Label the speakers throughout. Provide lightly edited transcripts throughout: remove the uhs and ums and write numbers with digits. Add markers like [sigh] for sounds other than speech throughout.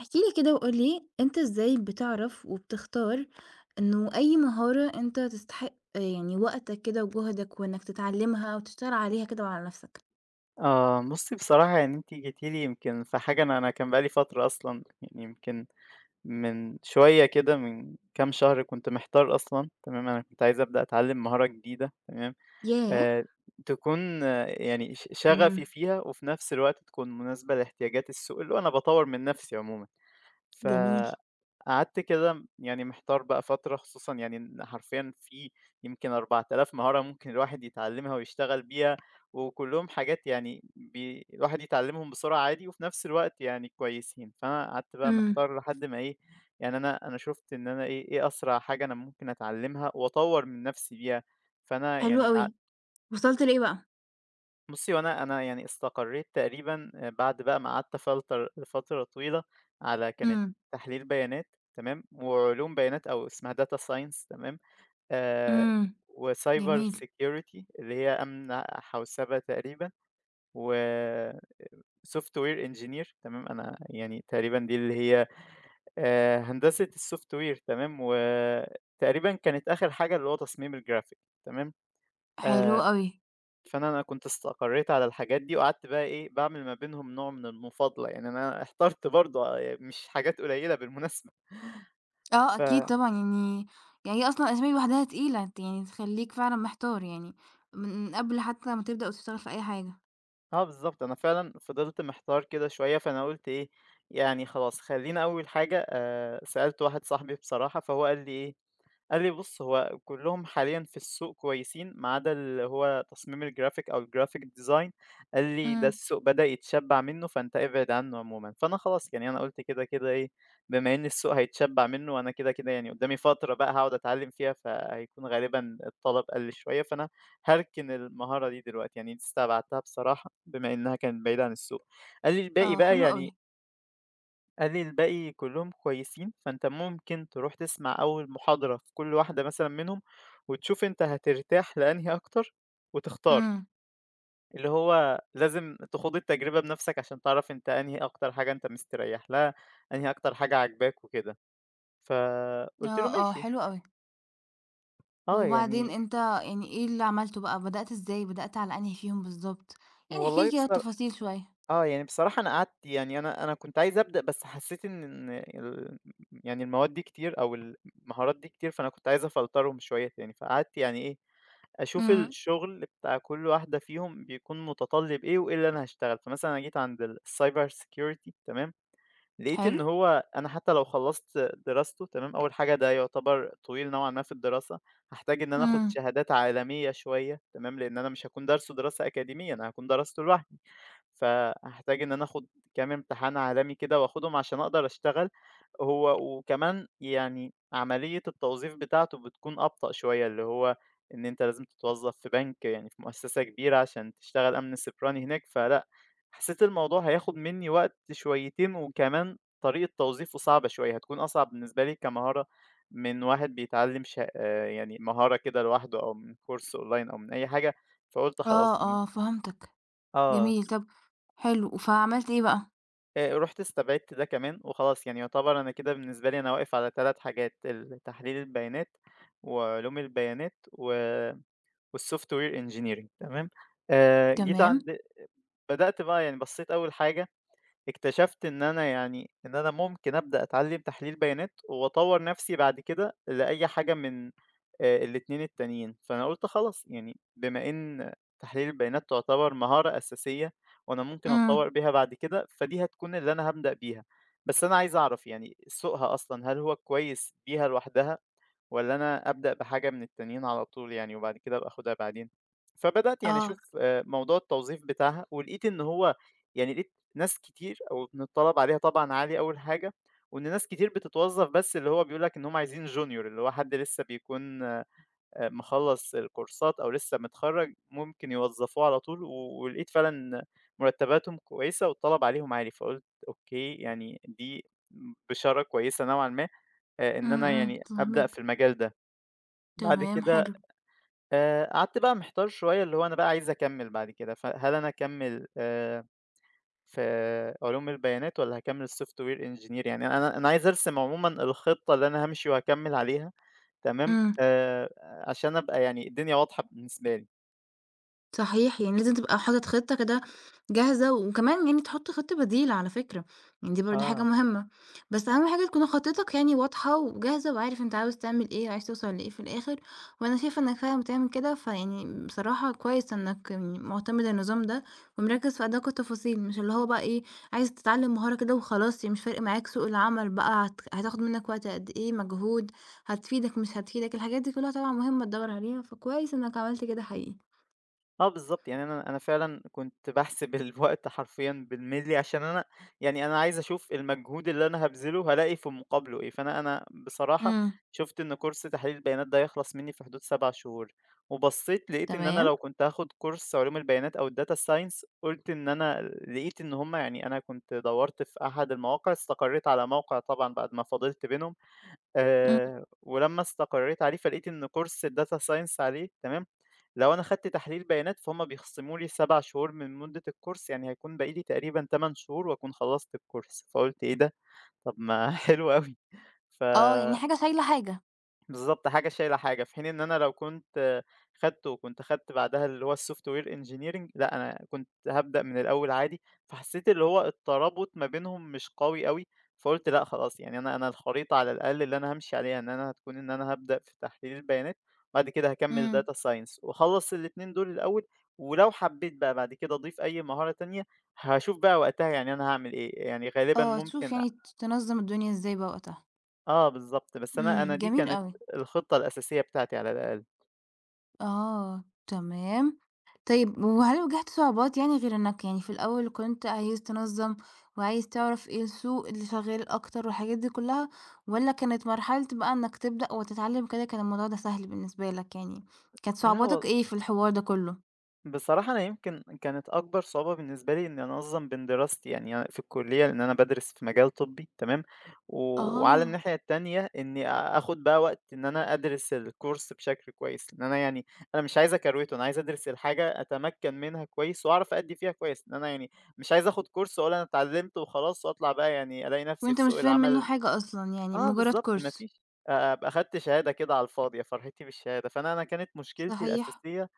Speaker 1: احكِ لي كده وقُل لي أنت إزاي بتعرف وبتختار إنه أي مهارة أنت تستحق يعني وقتك كده وجهدك وإنك تتعلمها وتشتغل عليها كده وعلى نفسك؟
Speaker 2: آه، بُصّي بصراحة يعني أنتِ جيتِ لي يمكن في حاجة أنا كان بقى لي فترة أصلًا يعني يمكن من شوية كده من كام شهر كنت محتار أصلًا. تمام، أنا كنت عايز أبدأ أتعلّم مهارة جديدة تمام،
Speaker 1: ياه!
Speaker 2: آآ تكون يعني
Speaker 1: إمم.
Speaker 2: شغفي فيها وفي نفس الوقت تكون مناسبة لاحتياجات السوق، اللي هو أنا باطوّر من نفسي عمومًا. ف
Speaker 1: جميل.
Speaker 2: قعدت كده يعني محتار بقى فترة، خصوصًا يعني إن حرفيًا في يمكن 4,000 مهارة ممكن الواحد يتعلمها ويشتغل بيها، وكلّهم حاجات يعني الواحد يتعلمهم بسرعة عادي وفي نفس الوقت يعني كويسين. فأنا قعدت بقى
Speaker 1: إمم.
Speaker 2: محتار لحد ما إيه، يعني أنا شُفت إن أنا إيه أسرع حاجة أنا ممكن أتعلمها وأطوّر من نفسي بيها. فأنا
Speaker 1: حلو
Speaker 2: يعني
Speaker 1: أوي. وصلت لإيه بقى؟
Speaker 2: بُصّي، هو أنا يعني استقريت تقريبًا بعد بقى ما قعدت فترة طويلة على كانت
Speaker 1: إمم،
Speaker 2: تحليل بيانات تمام، وعلوم بيانات أو اسمها data science تمام، آآ
Speaker 1: إمم،
Speaker 2: وcyber
Speaker 1: جميل،
Speaker 2: security اللي هي أمن حوسبة تقريبًا، وsoftware engineer تمام، أنا يعني تقريبًا دي اللي هي هندسة الsoftware تمام، وتقريبًا كانت آخر حاجة اللي هو تصميم الgraphic تمام.
Speaker 1: حلو
Speaker 2: آآ
Speaker 1: أوي.
Speaker 2: فأنا كنت استقريت على الحاجات دي، وقعدت بقى إيه، باعمل ما بينهم نوع من المفاضلة، يعني أنا [laughs] احترت برضه مش حاجات قليلة بالمناسبة.
Speaker 1: آه،
Speaker 2: ف
Speaker 1: أكيد طبعًا يعني هي أصلًا الأسامي لوحدها تقيلة، يعني تخلّيك فعلًا محتار يعني من قبل حتى ما تبدأ وتشتغل في أي حاجة.
Speaker 2: آه بالضبط، أنا فعلًا فضلت محتار كده شوية، فأنا قُلت إيه، يعني خلاص خلّينا أول حاجة سألت واحد صاحبي بصراحة، فهو قال لي إيه، قال لي: "بُص، هو كلّهم حاليًا في السوق كويسين، ما عدا اللي هو تصميم الgraphic أو الgraphic design." قال لي: "ده
Speaker 1: إمم.
Speaker 2: السوق بدأ يتشبّع منّه، فأنت ابعد عنّه عمومًا." فأنا خلاص يعني أنا قُلت كده، كده إيه، بما إن السوق هيتشبّع منّه وأنا كده، كده يعني قدّامي فترة بقى هاقعد أتعلّم فيها، فهيكون غالبًا الطلب قَل شوية، فأنا هاركن المهارة دي دلوقتي، يعني دي استبعدتها بصراحة بما إنّها كانت بعيدة عن السوق. قال لي: "الباقي
Speaker 1: آه،
Speaker 2: بقى
Speaker 1: حلو أوي.
Speaker 2: يعني"، قال لي: الباقي كلّهم كويسين، فأنت ممكن تروح تسمع أول محاضرة في كل واحدة مثلًا منهم، وتشوف أنت هترتاح لأنهي أكتر وتختار،
Speaker 1: إمم،
Speaker 2: اللي هو لازم تخوض التجربة بنَفْسك عشان تعرف أنت أنهي أكتر حاجة أنت مستريّح لها، أنهي أكتر حاجة عاجباك وكده. فقُلت
Speaker 1: آه،
Speaker 2: له:
Speaker 1: آه،
Speaker 2: "ماشي."
Speaker 1: حلو أوي.
Speaker 2: آه،
Speaker 1: وبعدين
Speaker 2: يعني
Speaker 1: أنت يعني إيه اللي عملته بقى؟ بدأت إزاي؟ بدأت على أنهي فيهم بالضبط؟ يعني احكِ لي
Speaker 2: والله
Speaker 1: كده
Speaker 2: بصرا
Speaker 1: التفاصيل شوية.
Speaker 2: آه، يعني بصراحة أنا قعدت يعني أنا كنت عايز أبدأ، بس حسيت إن يعني المواد دي كتير أو المهارات دي كتير، فأنا كنت عايز أفلترهم شوية تاني، فقعدت يعني إيه، أشوف
Speaker 1: إمم.
Speaker 2: الشغل بتاع كل واحدة فيهم بيكون متطلب إيه وإيه اللي أنا هاشتغل، فمثلًا أنا جيت عند الcyber security تمام، لقيت إن
Speaker 1: حلو.
Speaker 2: هو أنا حتى لو خلّصت دراسته تمام، أول حاجة ده يعتبر طويل نوعًا ما في الدراسة، هاحتاج إن أنا آخُد
Speaker 1: إمم،
Speaker 2: شهادات عالمية شوية تمام، لإن أنا مش هاكون دارسه دراسة أكاديمية، أنا هاكون درسته لوحدي. فهاحتاج إن أنا آخُد كام امتحان عالمي كده وآخُدهم عشان أقدر أشتغل، هو وكمان يعني عملية التوظيف بتاعته بتكون أبطأ شوية، اللي هو إن أنت لازم تتوظّف في بنك يعني في مؤسسة كبيرة عشان تشتغل أمن سيبراني هناك، فلأ، حسّيت الموضوع هياخُد منّي وقت شويتين وكمان طريقة توظيفه صعبة شوية، هتكون أصعب بالنسبة لي كمهارة من واحد بيتعلّم يعني مهارة كده لوحده أو من course online أو من أي حاجة، فقُلت
Speaker 1: آه،
Speaker 2: خلاص يعني
Speaker 1: آه، فهمتك.
Speaker 2: آه.
Speaker 1: جميل، طب حلو، فعملت إيه بقى؟
Speaker 2: رُحت استبعدت ده كمان وخلاص، يعني يعتبر أنا كده بالنسبة لي أنا واقف على 3 حاجات، تحليل البيانات وعلوم البيانات والsoftware engineering تمام. جيت
Speaker 1: تمام.
Speaker 2: عند، بدأت بقى يعني بصيت أول حاجة، اكتشفت إن أنا يعني إن أنا ممكن أبدأ أتعلم تحليل بيانات وأطور نفسي بعد كده لأي حاجة من الاتنين التانيين. فأنا قلت خلاص، يعني بما إن تحليل البيانات تعتبر مهارة أساسية وأنا ممكن
Speaker 1: إمم،
Speaker 2: أتطور بيها بعد كده، فدي هتكون اللي أنا هبدأ بيها. بس أنا عايز أعرف يعني سوقها أصلا هل هو كويس بيها لوحدها والّا أنا أبدأ بحاجة من التانيين على طول، يعني وبعد كده أبقى آخُدها بعدين؟ فبدأت يعني
Speaker 1: آه،
Speaker 2: أشوف موضوع التوظيف بتاعها ولقيت إن هو يعني لقيت ناس كتير، أو إن الطلب عليها طبعًا عالي أول حاجة، وإن ناس كتير بتتوظّف بس اللي هو بيقول لك إن هم عايزين junior، اللي هو حد لسه بيكون مخلّص الكورسات أو لسه متخرّج ممكن يوظّفوه على طول، ولقيت فعلًا مرتّباتهم كويسة والطلب عليهم عالي، فقُلت أوكي، يعني دي بشارة كويسة نوعًا ما إن
Speaker 1: إمم،
Speaker 2: أنا
Speaker 1: إمم،
Speaker 2: يعني أبدأ
Speaker 1: فاهماك.
Speaker 2: في المجال ده. بعد
Speaker 1: تمام.
Speaker 2: كده
Speaker 1: حلو.
Speaker 2: قعدت بقى محتار شوية، اللي هو أنا بقى عايز أكمّل بعد كده، فهل أنا أكمّل في علوم البيانات والّا هاكمّل software engineer؟ يعني أنا عايز أرسم عمومًا الخطة اللي أنا هامشي وهاكمّل عليها، تمام،
Speaker 1: إمم.
Speaker 2: عشان أبقى يعني الدنيا واضحة بالنسبة لي.
Speaker 1: صحيح، يعني لازم تبقى حاطط خطة كده جاهزة، وكمان يعني تحط خطة بديلة على فكرة، يعني دي برضه حاجة
Speaker 2: آه.
Speaker 1: مهمة. بس أهم حاجة تكون خطتك يعني واضحة وجاهزة وعارف أنت عاوز تعمل إيه، عايز توصل لإيه في الآخر. وأنا شايفة إنك فعلًا بتعمل كده، فيعني بصراحة كويس إنك يعني معتمد النظام ده ومركّز في أدق التفاصيل، مش اللي هو بقى إيه، عايز تتعلم مهارة كده وخلاص. يعني مش فارق معاك سوق العمل بقى هتاخد منك وقت قد إيه، مجهود، هتفيدك مش هتفيدك، الحاجات دي كلها طبعًا مهمة تدوّر عليها، فكويس إنك عملت كده حقيقي.
Speaker 2: آه بالضبط، يعني أنا فعلًا كنت باحسب [laughs] الوقت حرفيًا بالمللي عشان أنا، يعني أنا عايز أشوف المجهود اللي أنا هابذله هالاقي في مقابله إيه. فأنا بصراحة
Speaker 1: إمم.
Speaker 2: شُفت إن كورس تحليل البيانات ده هيخلص منّي في حدود 7 شهور، وبصّيت لقيت إن أنا
Speaker 1: تمام.
Speaker 2: لو كنت هاخد كورس علوم البيانات أو الdata science، قُلت إن أنا لقيت إن هُم، يعني أنا كنت دوّرت في أحد المواقع، استقريت على موقع طبعًا بعد ما فاضلت بينهم.
Speaker 1: إمم.
Speaker 2: ولمّا استقريت عليه فلقيت إن كورس الdata science عليه تمام، لو أنا خدت تحليل بيانات فهُم بيخصموا لي 7 شهور من مدة الكورس، يعني هيكون باقي لي تقريبًا 8 شهور وأكون خلّصت الكورس، فقُلت إيه ده! طب ما [laughs] حلو أوي. ف
Speaker 1: آه، يعني حاجة شايلة حاجة.
Speaker 2: بالضبط، حاجة شايلة حاجة، في حين إن أنا لو كنت خدته وكنت خدت بعدها اللي هو الsoftware engineering لأ، أنا كنت هابدأ من الأول عادي، فحسيت اللي هو الترابط ما بينهم مش قوي أوي. فقُلت لأ خلاص، يعني أنا الخريطة على الأقل اللي أنا هامشي عليها، إن أنا هتكون إن أنا هابدأ في تحليل البيانات، وبعد كده هاكمّل
Speaker 1: إمم.
Speaker 2: data science واخلّص الاتنين دول الأول، ولو حبيت بقى بعد كده أضيف أي مهارة تانية هاشوف بقى وقتها يعني أنا هاعمل إيه. يعني غالبًا
Speaker 1: آه، تشوف يعني تنظّم الدنيا إزاي بقى وقتها.
Speaker 2: آه بالضبط، بس أنا
Speaker 1: إمم،
Speaker 2: دي
Speaker 1: جميل
Speaker 2: كانت
Speaker 1: أوي.
Speaker 2: الخطة الأساسية بتاعتي على الأقل.
Speaker 1: آه، تمام. طيب وهل واجهت صعوبات يعني غير إنك يعني في الأول كنت عايز تنظّم وعايز تعرف إيه السوق اللي شغال أكتر والحاجات دي كلّها، والّا كانت مرحلة بقى إنك تبدأ وتتعلّم كده كان الموضوع ده سهل بالنسبة لك يعني، كانت
Speaker 2: لا
Speaker 1: صعوباتك إيه في الحوار ده كلّه؟
Speaker 2: بصراحة أنا يمكن كانت أكبر صعوبة بالنسبة لي إني أنظم بين دراستي، يعني أنا في الكلية لأن أنا بدرس في مجال طبي تمام، و وعلى
Speaker 1: آه،
Speaker 2: الناحية التانية إني آخد بقى وقت إن أنا أدرس الكورس بشكل كويس، لأن أنا يعني أنا مش عايز أكروته، أنا عايز أدرس الحاجة أتمكن منها كويس وأعرف أدي فيها كويس، إن أنا يعني مش عايز آخد كورس وأقول أنا اتعلمت وخلاص وأطلع بقى يعني ألاقي نفسي
Speaker 1: وأنت
Speaker 2: في
Speaker 1: مش
Speaker 2: سوق
Speaker 1: فاهم منّه
Speaker 2: العمل.
Speaker 1: حاجة أصلًا يعني
Speaker 2: آه
Speaker 1: مجرّد
Speaker 2: بالضبط، ما
Speaker 1: كورس.
Speaker 2: فيش أبقى خدت شهادة كده على الفاضية، فرحتي بالشهادة. فأنا كانت مشكلتي
Speaker 1: صحيح.
Speaker 2: الأساسية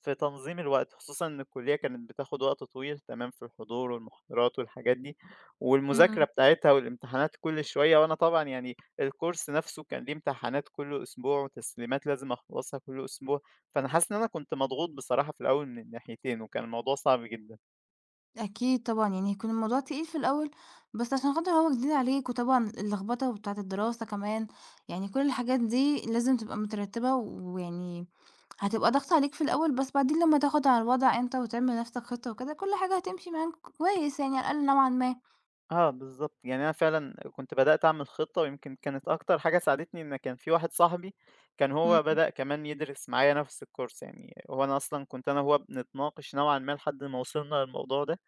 Speaker 2: في تنظيم الوقت، خصوصًا إن الكلية كانت بتاخد وقت طويل تمام في الحضور والمحاضرات والحاجات دي، والمذاكرة
Speaker 1: إمم.
Speaker 2: بتاعتها والامتحانات كل شوية، وأنا طبعًا يعني الcourse نفسه كان ليه امتحانات كل أسبوع وتسليمات لازم أخلصها كل أسبوع، فأنا حاسس إن أنا كنت مضغوط بصراحة في الأول من الناحيتين، وكان الموضوع صعب جدًا.
Speaker 1: أكيد طبعًا، يعني هيكون الموضوع تقيل في الأول، بس عشان خاطر هو جديد عليك، وطبعًا اللخبطة بتاعة الدراسة كمان، يعني كل الحاجات دي لازم تبقى مترتبة، ويعني هتبقى ضغط عليك في الأول، بس بعدين لمّا تاخد على الوضع أنت وتعمل لنفسك خطة وكده، كل حاجة هتمشي معاك كويس يعني على الأقل نوعًا ما.
Speaker 2: آه بالضبط، يعني أنا فعلًا كنت بدأت أعمل خطة، ويمكن كانت أكتر حاجة ساعدتني إن كان في واحد صاحبي كان هو
Speaker 1: إمم،
Speaker 2: بدأ كمان يدرس معايا نفس الcourse، يعني هو أنا أصلًا كنت أنا وهو بنتناقش نوعًا ما لحد ما وصلنا للموضوع ده.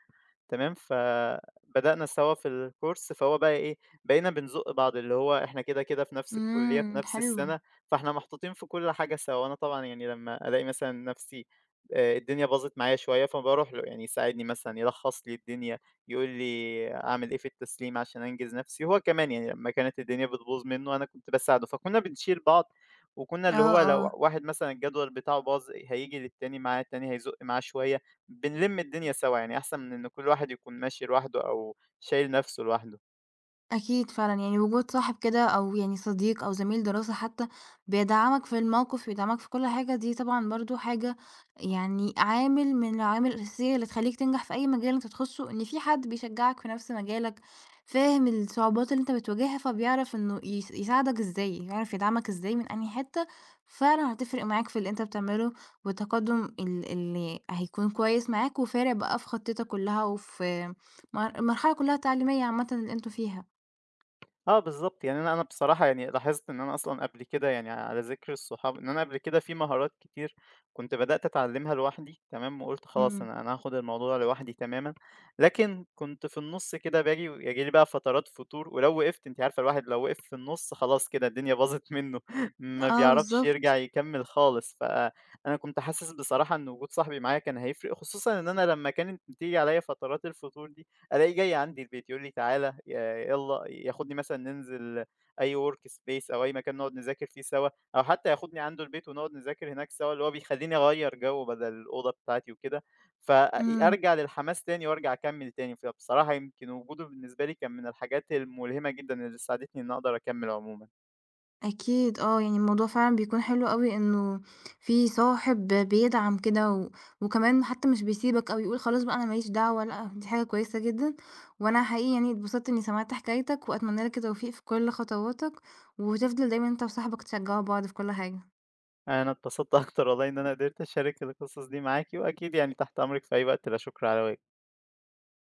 Speaker 2: تمام، فبدأنا سوا في الcourse، فهو بقى إيه، بقينا بنزُق بعض، اللي هو إحنا كده، كده في نفس الكُلّية، في
Speaker 1: إمم،
Speaker 2: نفس
Speaker 1: حلو.
Speaker 2: السَنة، فإحنا محطوطين في كل حاجة سوا. وأنا طبعًا يعني لمّا ألاقي مثلًا نفسي الدنيا باظت معايا شوية، فباروح له يعني يساعدني مثلًا، يلخّص لي الدنيا، يقول لي أعمل إيه في التسليم عشان أنجز نفسي، وهو كمان يعني لمّا كانت الدنيا بتبوظ منّه، أنا كنت باساعده، فكُنّا بنشيل بعض، وكُنّا اللي
Speaker 1: آه،
Speaker 2: هو لو
Speaker 1: آه.
Speaker 2: واحد مثلًا الجدول بتاعه باظ، هييجي للتاني معاه، التاني هيزُق معاه شوية. بنلم الدنيا سوا، يعني أحسن من إن كل واحد يكون ماشي لوحده أو شايل نفسه لوحده.
Speaker 1: أكيد فعلًا، يعني وجود صاحب كده أو يعني صديق أو زميل دراسة حتى بيدعمك في الموقف، بيدعمك في كل حاجة. دي طبعًا برضه حاجة يعني عامل من العوامل الأساسية اللي تخلّيك تنجح في أي مجال أنت تخشه، إن في حد بيشجعك في نفس مجالك، فاهم الصعوبات اللي أنت بتواجهها، فبيعرف إنه يساعدك إزاي، يعرف يدعمك إزاي من أنهي حتة، فعلًا هتفرق معاك في اللي أنت بتعمله والتقدم اللي هيكون كويس معاك وفارق بقى في خطتك كلها وفي المرحلة كلها التعليمية عامةً اللي أنتم فيها.
Speaker 2: آه بالضبط، يعني أنا بصراحة يعني لاحظت إن أنا أصلًا قبل كده، يعني على ذكر الصحاب، إن أنا قبل كده في مهارات كتير كنت بدأت أتعلمها لوحدي تمام، وقُلت خلاص
Speaker 1: إمم.
Speaker 2: أنا هاخد الموضوع لوحدي تمامًا، لكن كنت في النُص كده باجي ويجي لي بقى فترات فتور، ولو وقفت أنتِ عارفة الواحد لو وقف في النُص خلاص كده الدنيا باظت منه، [laughs] ما
Speaker 1: آه
Speaker 2: بيعرفش يرجع
Speaker 1: بالضبط.
Speaker 2: يكمّل خالص، فأنا كنت حاسس بصراحة إن وجود صاحبي معايا كان هيفرق، خصوصًا إن أنا لمّا كانت بتيجي عليَّ فترات الفتور دي ألاقيه جاي عندي البيت يقول لي: "تعالَ يالّا." ياخدني مثلًا ننزل أي work space أو أي مكان نقعد نذاكر فيه سوا، أو حتى ياخدني عنده البيت ونقعد نذاكر هناك سوا، اللي هو بيخلّيني أغيّر جو بدل الأوضة بتاعتي وكده،
Speaker 1: إمم.
Speaker 2: فأرجع للحماس تاني وأرجع أكمّل تاني، فبصراحة يمكن وجوده بالنسبة لي كان من الحاجات الملهمة جدًا اللي ساعدتني إني أقدر أكمّل عمومًا.
Speaker 1: أكيد آه. يعني الموضوع فعلًا بيكون حلو أوي إنه في صاحب بيدعم كده وكمان حتّى مش بيسيبك أو يقول خلاص بقى أنا ما ليش دعوة لأ. دي حاجة كويسة جدًا وأنا حقيقي يعني اتبسطت إنّي سمعت حكايتك وأتمنى لك التوفيق في كل خطواتك وتفضل دايمًا أنت وصاحبك تشجّعوا بعض في كل حاجة.
Speaker 2: أنا اتبسطت أكتر والله إن أنا قدرت أشارك القصص دي معاكِ، وأكيد يعني تحت أمرِك في أي وقت، لا شكر على واجب.